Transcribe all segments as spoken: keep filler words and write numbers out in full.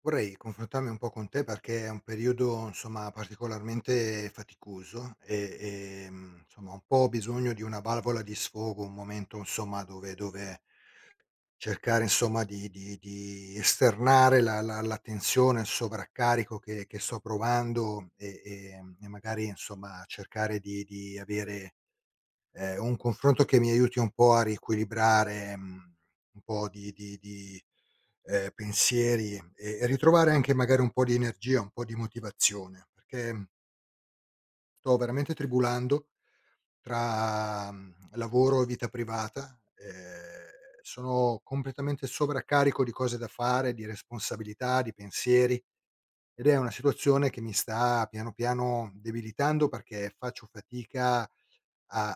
Vorrei confrontarmi un po' con te perché è un periodo, insomma, particolarmente faticoso e, e, mh, insomma, un po' ho bisogno di una valvola di sfogo, un momento, insomma, dove, dove cercare, insomma, di, di- di esternare la, la- la tensione, il sovraccarico che, che sto provando e, e, mh, e magari, insomma, cercare di, di avere ehm, un confronto che mi aiuti un po' a riequilibrare, mhmm, un po' di di di, ehm, pensieri e e ritrovare anche magari un po' di energia, un po' di motivazione, perché sto veramente tribulando tra, mhmm, lavoro e vita privata, ehm, sono completamente sovraccarico di cose da fare, di responsabilità, di pensieri, ed è una situazione che mi sta piano piano debilitando perché faccio fatica a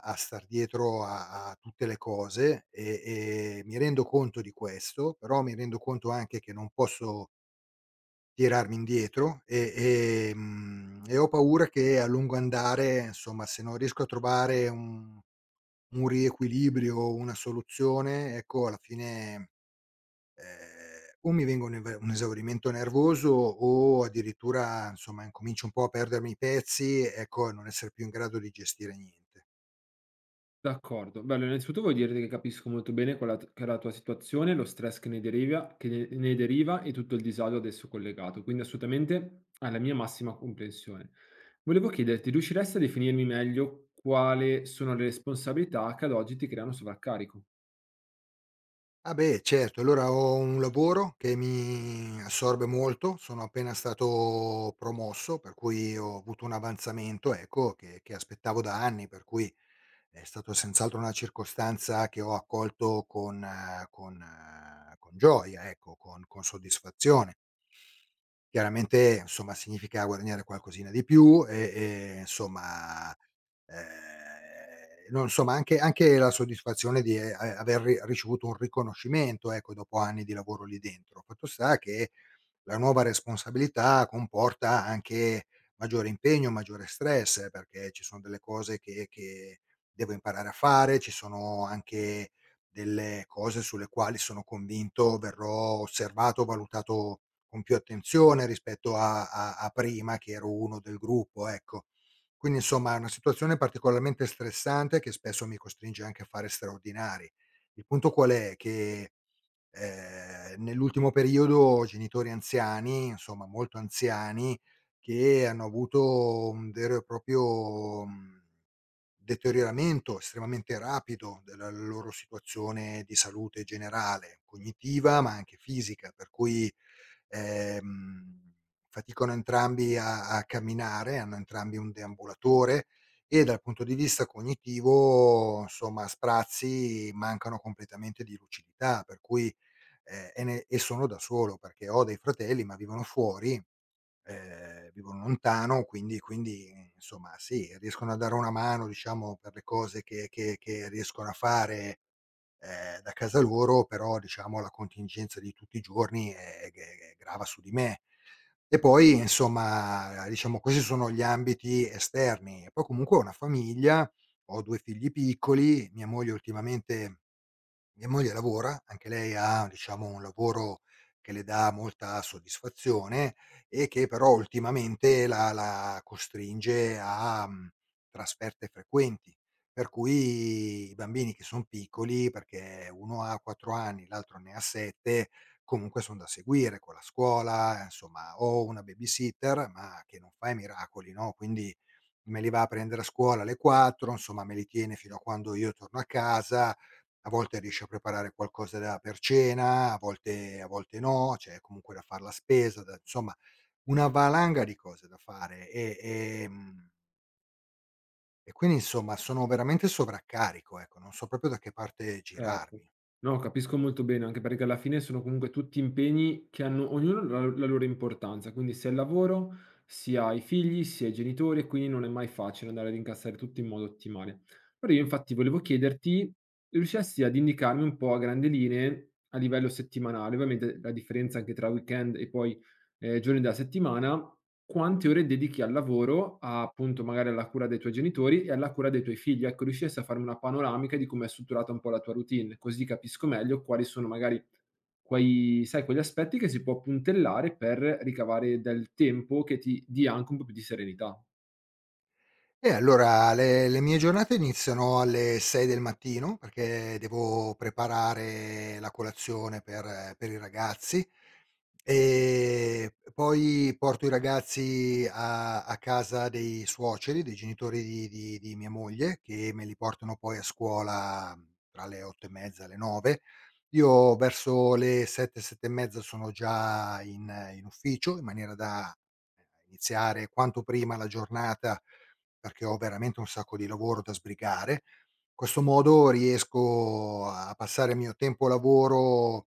a star dietro a a tutte le cose e e mi rendo conto di questo, però mi rendo conto anche che non posso tirarmi indietro e, ehm, e ho paura che a lungo andare, insomma, se non riesco a trovare un un riequilibrio, una soluzione, ecco alla fine, ehm, o mi venga un eve un esaurimento nervoso o addirittura, insomma, incomincio un po' a perdermi i pezzi, ecco, e non essere più in grado di gestire niente. D'accordo. Beh, allora innanzitutto voglio dirti che capisco molto bene qual è la t che è la tua situazione, lo stress che ne deriva che ne ne deriva e tutto il disagio ad esso collegato, quindi assolutamente hai la mia massima comprensione. Volevo chiederti, riusciresti a definirmi meglio quale sono le responsabilità che ad oggi ti creano sovraccarico? Ah beh, certo. Allora ho un lavoro che mi assorbe molto, sono appena stato promosso, per cui ho avuto un avanzamento, ecco, che che aspettavo da anni, per cui è stato senz'altro una circostanza che ho accolto con eh, con eh, con gioia, ecco, con con soddisfazione. Chiaramente, insomma, significa guadagnare qualcosina di più e e insomma, ehm, no, insomma anche anche la soddisfazione di, ehm, a aver ri- ricevuto un riconoscimento, ecco, dopo anni di lavoro lì dentro. Fatto sta che la nuova responsabilità comporta anche maggiore impegno, maggiore stress, perché ci sono delle cose che che devo imparare a fare, ci sono anche delle cose sulle quali sono convinto verrò osservato, valutato con più attenzione rispetto a a a prima che ero uno del gruppo, ecco. Quindi insomma è una situazione particolarmente stressante che spesso mi costringe anche a fare straordinari. Il punto qual è? Che Ehm, nell'ultimo periodo genitori anziani, insomma molto anziani, che hanno avuto un vero e proprio, mhmm, deterioramento estremamente rapido della loro situazione di salute generale, cognitiva ma anche fisica, per cui Ehm, faticano entrambi a a camminare, hanno entrambi un deambulatore e dal punto di vista cognitivo, insomma, a sprazzi mancano completamente di lucidità, per cui ehm, e ne e sono da solo, perché ho dei fratelli, ma vivono fuori, ehm, vivono lontano, quindi quindi eh, insomma sì, riescono a dare una mano, diciamo, per le cose che che che riescono a fare ehm, da casa loro, però diciamo la contingenza di tutti i giorni è g è grava su di me. E poi insomma, diciamo questi sono gli ambiti esterni. E poi comunque ho una famiglia, ho due figli piccoli, mia moglie ultimamente mia moglie lavora, anche lei ha diciamo un lavoro che le dà molta soddisfazione e che però ultimamente la la costringe a, mhmm, trasferte frequenti, per cui i bambini che son piccoli, perché uno ha quattro anni, l'altro ne ha sette, comunque son da seguire con la scuola, insomma ho una babysitter, ma che non fa i miracoli, no, quindi me li va a prendere a scuola alle quattro, insomma me li tiene fino a quando io torno a casa, a volte riesci a preparare qualcosa da per cena, a volte a volte no, c'è comunque da far la spesa, da insomma una valanga di cose da fare e, ehm, e quindi insomma sono veramente sovraccarico, ecco, non so proprio da che parte Certo. girarmi. No, capisco molto bene, anche perché alla fine sono comunque tutti impegni che hanno ognuno la, la loro importanza, quindi sia il lavoro, sia i figli, sia i genitori, e quindi non è mai facile andare ad incassare tutto in modo ottimale. Però io infatti volevo chiederti, riuscissi ad indicarmi un po' a grandi linee a livello settimanale, ovviamente la differenza anche tra weekend e poi ehm, giorni della settimana, quante ore dedichi al lavoro, a appunto magari alla cura dei tuoi genitori e alla cura dei tuoi figli. Ecco, riusciresti a farmi una panoramica di com'è strutturata un po' la tua routine, così capisco meglio quali sono magari quei sai, quegli aspetti che si può puntellare per ricavare del tempo che ti dia anche un po' più di serenità. E allora le le mie giornate iniziano alle sei del mattino, perché devo preparare la colazione per per i ragazzi. Ehm, poi porto i ragazzi a a casa dei suoceri, dei genitori di di di mia moglie, che me li portano poi a scuola tra le otto e mezza, e le nove. Io verso le sette, sette e mezza sono già in in ufficio, in maniera da iniziare quanto prima la giornata, perché ho veramente un sacco di lavoro da sbrigare. In questo modo riesco a passare il mio tempo lavoro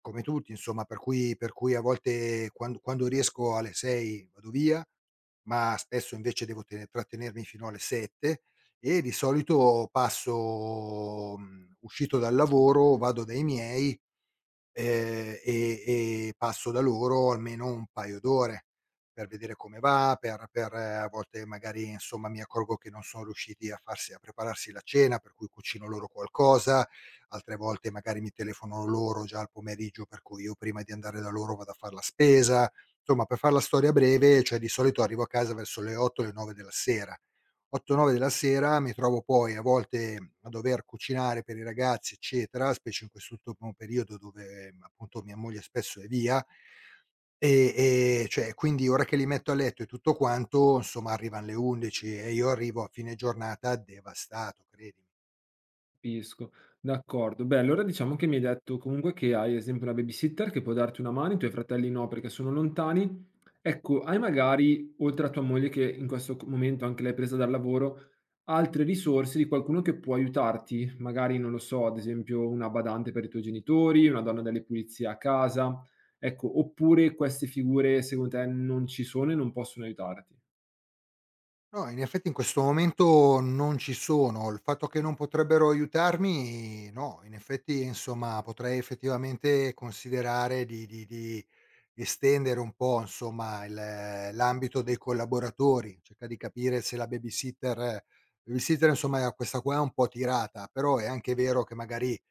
come tutti insomma, per cui per cui a volte quan quando riesco alle sei vado via, ma spesso invece devo te trattenermi fino alle sette, e di solito passo mhmm, uscito dal lavoro, vado dai miei. Ehm, e e passo da loro almeno un paio d'ore per vedere come va, per per eh, a volte magari, insomma, mi accorgo che non sono riusciti a farsi a prepararsi la cena, per cui cucino loro qualcosa, altre volte magari mi telefonano loro già al pomeriggio, per cui io prima di andare da loro vado a far la spesa. Insomma, per far la storia breve, cioè di solito arrivo a casa verso le otto o le nove della sera. otto, nove della sera mi trovo poi a volte a dover cucinare per i ragazzi, eccetera, specie in quest'ultimo periodo dove, ehm, appunto, mia moglie spesso è via, e e cioè quindi ora che li metto a letto e tutto quanto, insomma, arrivan le undici e io arrivo a fine giornata devastato, credimi. Capisco, d'accordo. Beh, allora diciamo che mi hai detto comunque che hai, ad esempio, una babysitter che può darti una mano, i tuoi fratelli no perché sono lontani. Ecco, hai magari, oltre a tua moglie che in questo c- momento anche lei è presa dal lavoro, altre risorse di qualcuno che può aiutarti? Magari, non lo so, ad esempio una badante per i tuoi genitori, una donna delle pulizie a casa. Ecco, oppure queste figure secondo te non ci sono e non possono aiutarti? No, in effetti in questo momento non ci sono. Il fatto che non potrebbero aiutarmi no, in effetti, insomma, potrei effettivamente considerare di di di estendere un po', insomma, il eh, l'ambito dei collaboratori, cerca di capire se la babysitter eh, babysitter insomma questa qua è un po' tirata, però è anche vero che magari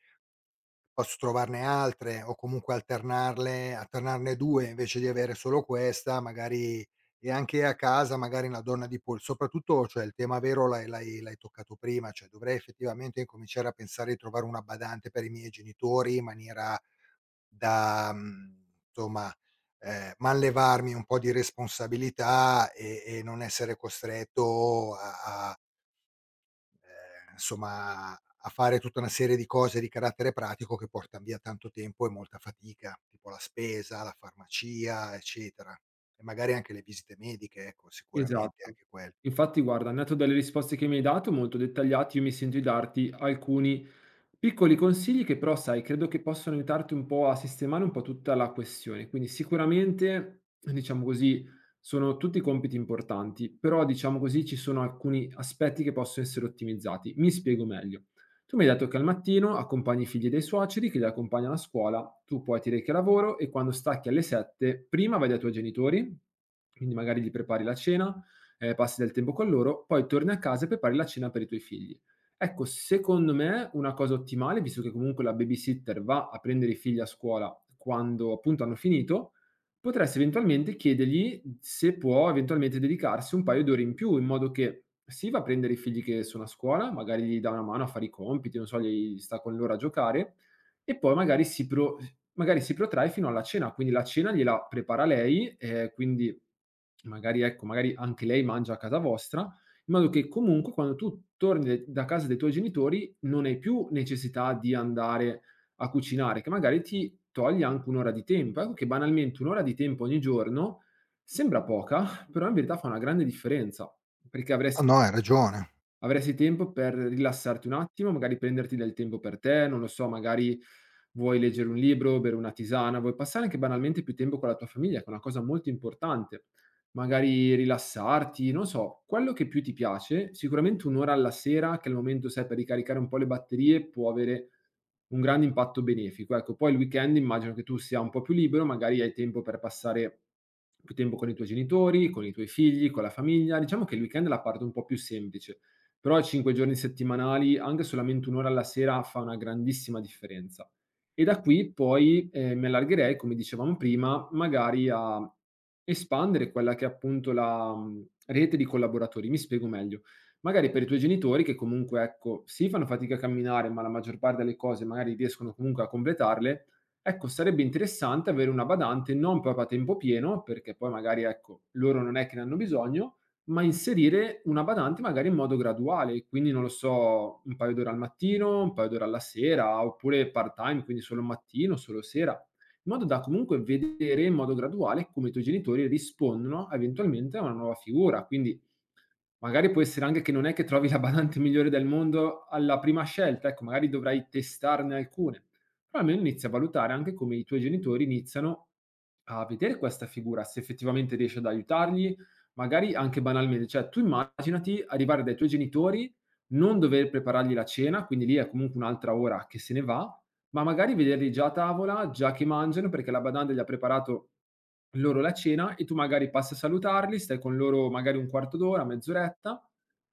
posso trovarne altre o comunque alternarle alternarne due invece di avere solo questa, magari, e anche a casa magari una donna di pol soprattutto, cioè il tema vero l'hai l'hai l'hai toccato prima, cioè dovrei effettivamente incominciare a pensare di trovare una badante per i miei genitori in maniera da, mhmm, insomma, ehm, manlevarmi un po' di responsabilità e e non essere costretto a a ehm, insomma a fare tutta una serie di cose di carattere pratico che portan via tanto tempo e molta fatica, tipo la spesa, la farmacia, eccetera. E magari anche le visite mediche, ecco, sicuramente Esatto. anche quel. Infatti guarda, nato dalle risposte che mi hai dato, molto dettagliate, io mi sento di darti alcuni piccoli consigli che però sai, credo che possano aiutarti un po' a sistemare un po' tutta la questione. Quindi sicuramente, diciamo così, sono tutti compiti importanti, però diciamo così ci sono alcuni aspetti che possono essere ottimizzati. Mi spiego meglio. Tu mi hai detto che al mattino accompagni i figli dei suoceri che li accompagnano a scuola, tu poi ti rechi a lavoro e quando stacchi alle sette prima vai dai tuoi genitori, quindi magari gli prepari la cena, eh, passi del tempo con loro, poi torni a casa e prepari la cena per i tuoi figli. Ecco, secondo me una cosa ottimale, visto che comunque la babysitter va a prendere i figli a scuola quando appunto hanno finito, potresti eventualmente chiedergli se può eventualmente dedicarsi un paio d'ore in più, in modo che sì, va a prendere i figli che sono a scuola, magari gli dà una mano a fare i compiti, non so, gli sta con loro a giocare, e poi magari si, pro- magari si protrae fino alla cena, quindi la cena gliela prepara lei, eh, quindi magari, ecco, magari anche lei mangia a casa vostra in modo che comunque quando tu torni de da casa dei tuoi genitori non hai più necessità di andare a cucinare, che magari ti toglie anche un' ora di tempo. Ecco che banalmente un' ora di tempo ogni giorno sembra poca, però in verità fa una grande differenza, perché avresti No, no, hai ragione. Avresti tempo per rilassarti un attimo, magari prenderti del tempo per te, non lo so, magari vuoi leggere un libro, bere una tisana, vuoi passare anche banalmente più tempo con la tua famiglia, che è una cosa molto importante. Magari rilassarti, non so, quello che più ti piace, sicuramente un'ora alla sera, che è il momento, sai, per ricaricare un po' le batterie, può avere un grande impatto benefico. Ecco, poi il weekend immagino che tu sia un po' più libero, magari hai tempo per passare più tempo con i tuoi genitori, con i tuoi figli, con la famiglia. Diciamo che il weekend è la parte un po' più semplice. Però cinque giorni settimanali, anche solamente un' ora alla sera, fa una grandissima differenza. E da qui poi, ehm, mi allargherei, come dicevamo prima, magari a espandere quella che è appunto la, mhmm, rete di collaboratori. Mi spiego meglio: magari per i tuoi genitori che comunque, ecco, sì fanno fatica a camminare, ma la maggior parte delle cose magari riescono comunque a completarle, ecco sarebbe interessante avere una badante non proprio a tempo pieno, perché poi magari, ecco, loro non è che ne hanno bisogno, ma inserire una badante magari in modo graduale, quindi non lo so, un paio d'ore al mattino, un paio d'ore alla sera, oppure part-time, quindi solo mattino, solo sera, in modo da comunque vedere in modo graduale come i tuoi genitori rispondono eventualmente a una nuova figura. Quindi magari può essere anche che non è che trovi la badante migliore del mondo alla prima scelta, ecco, magari dovrai testarne alcune, però almeno inizi a valutare anche come i tuoi genitori iniziano a vedere questa figura, se effettivamente riesci ad aiutarli, magari anche banalmente. Cioè, tu immaginati arrivare dai tuoi genitori, non dover preparargli la cena, quindi lì è comunque un'altra ora che se ne va, ma magari vederli già a tavola, già che mangiano, perché la badante gli ha preparato loro la cena e tu magari passi a salutarli, stai con loro magari un quarto d'ora, mezz'oretta,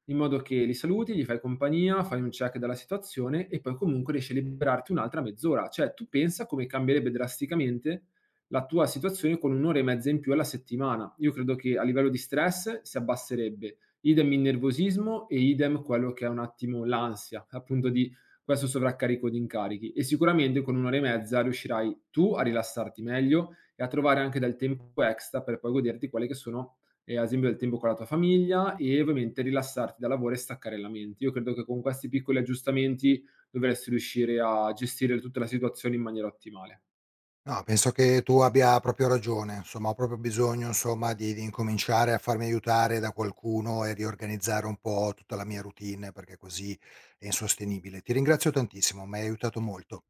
in modo che li saluti, gli fai compagnia, fai un check della situazione e poi comunque riesci a liberarti un'altra mezz'ora. Cioè, tu pensa come cambierebbe drasticamente la tua situazione con un'ora e mezza in più alla settimana. Io credo che a livello di stress si abbasserebbe, idem il nervosismo e idem quello che è un attimo l'ansia, appunto di questo sovraccarico di incarichi e sicuramente con un'ora e mezza riuscirai tu a rilassarti meglio e a trovare anche del tempo extra per poi goderti quelle che sono, eh, ad esempio, del tempo con la tua famiglia e ovviamente rilassarti dal lavoro e staccare la mente. Io credo che con questi piccoli aggiustamenti dovresti riuscire a gestire tutta la situazione in maniera ottimale. No, penso che tu abbia proprio ragione. Insomma, ho proprio bisogno, insomma, di di incominciare a farmi aiutare da qualcuno e riorganizzare un po' tutta la mia routine, perché così è insostenibile. Ti ringrazio tantissimo, mi hai aiutato molto.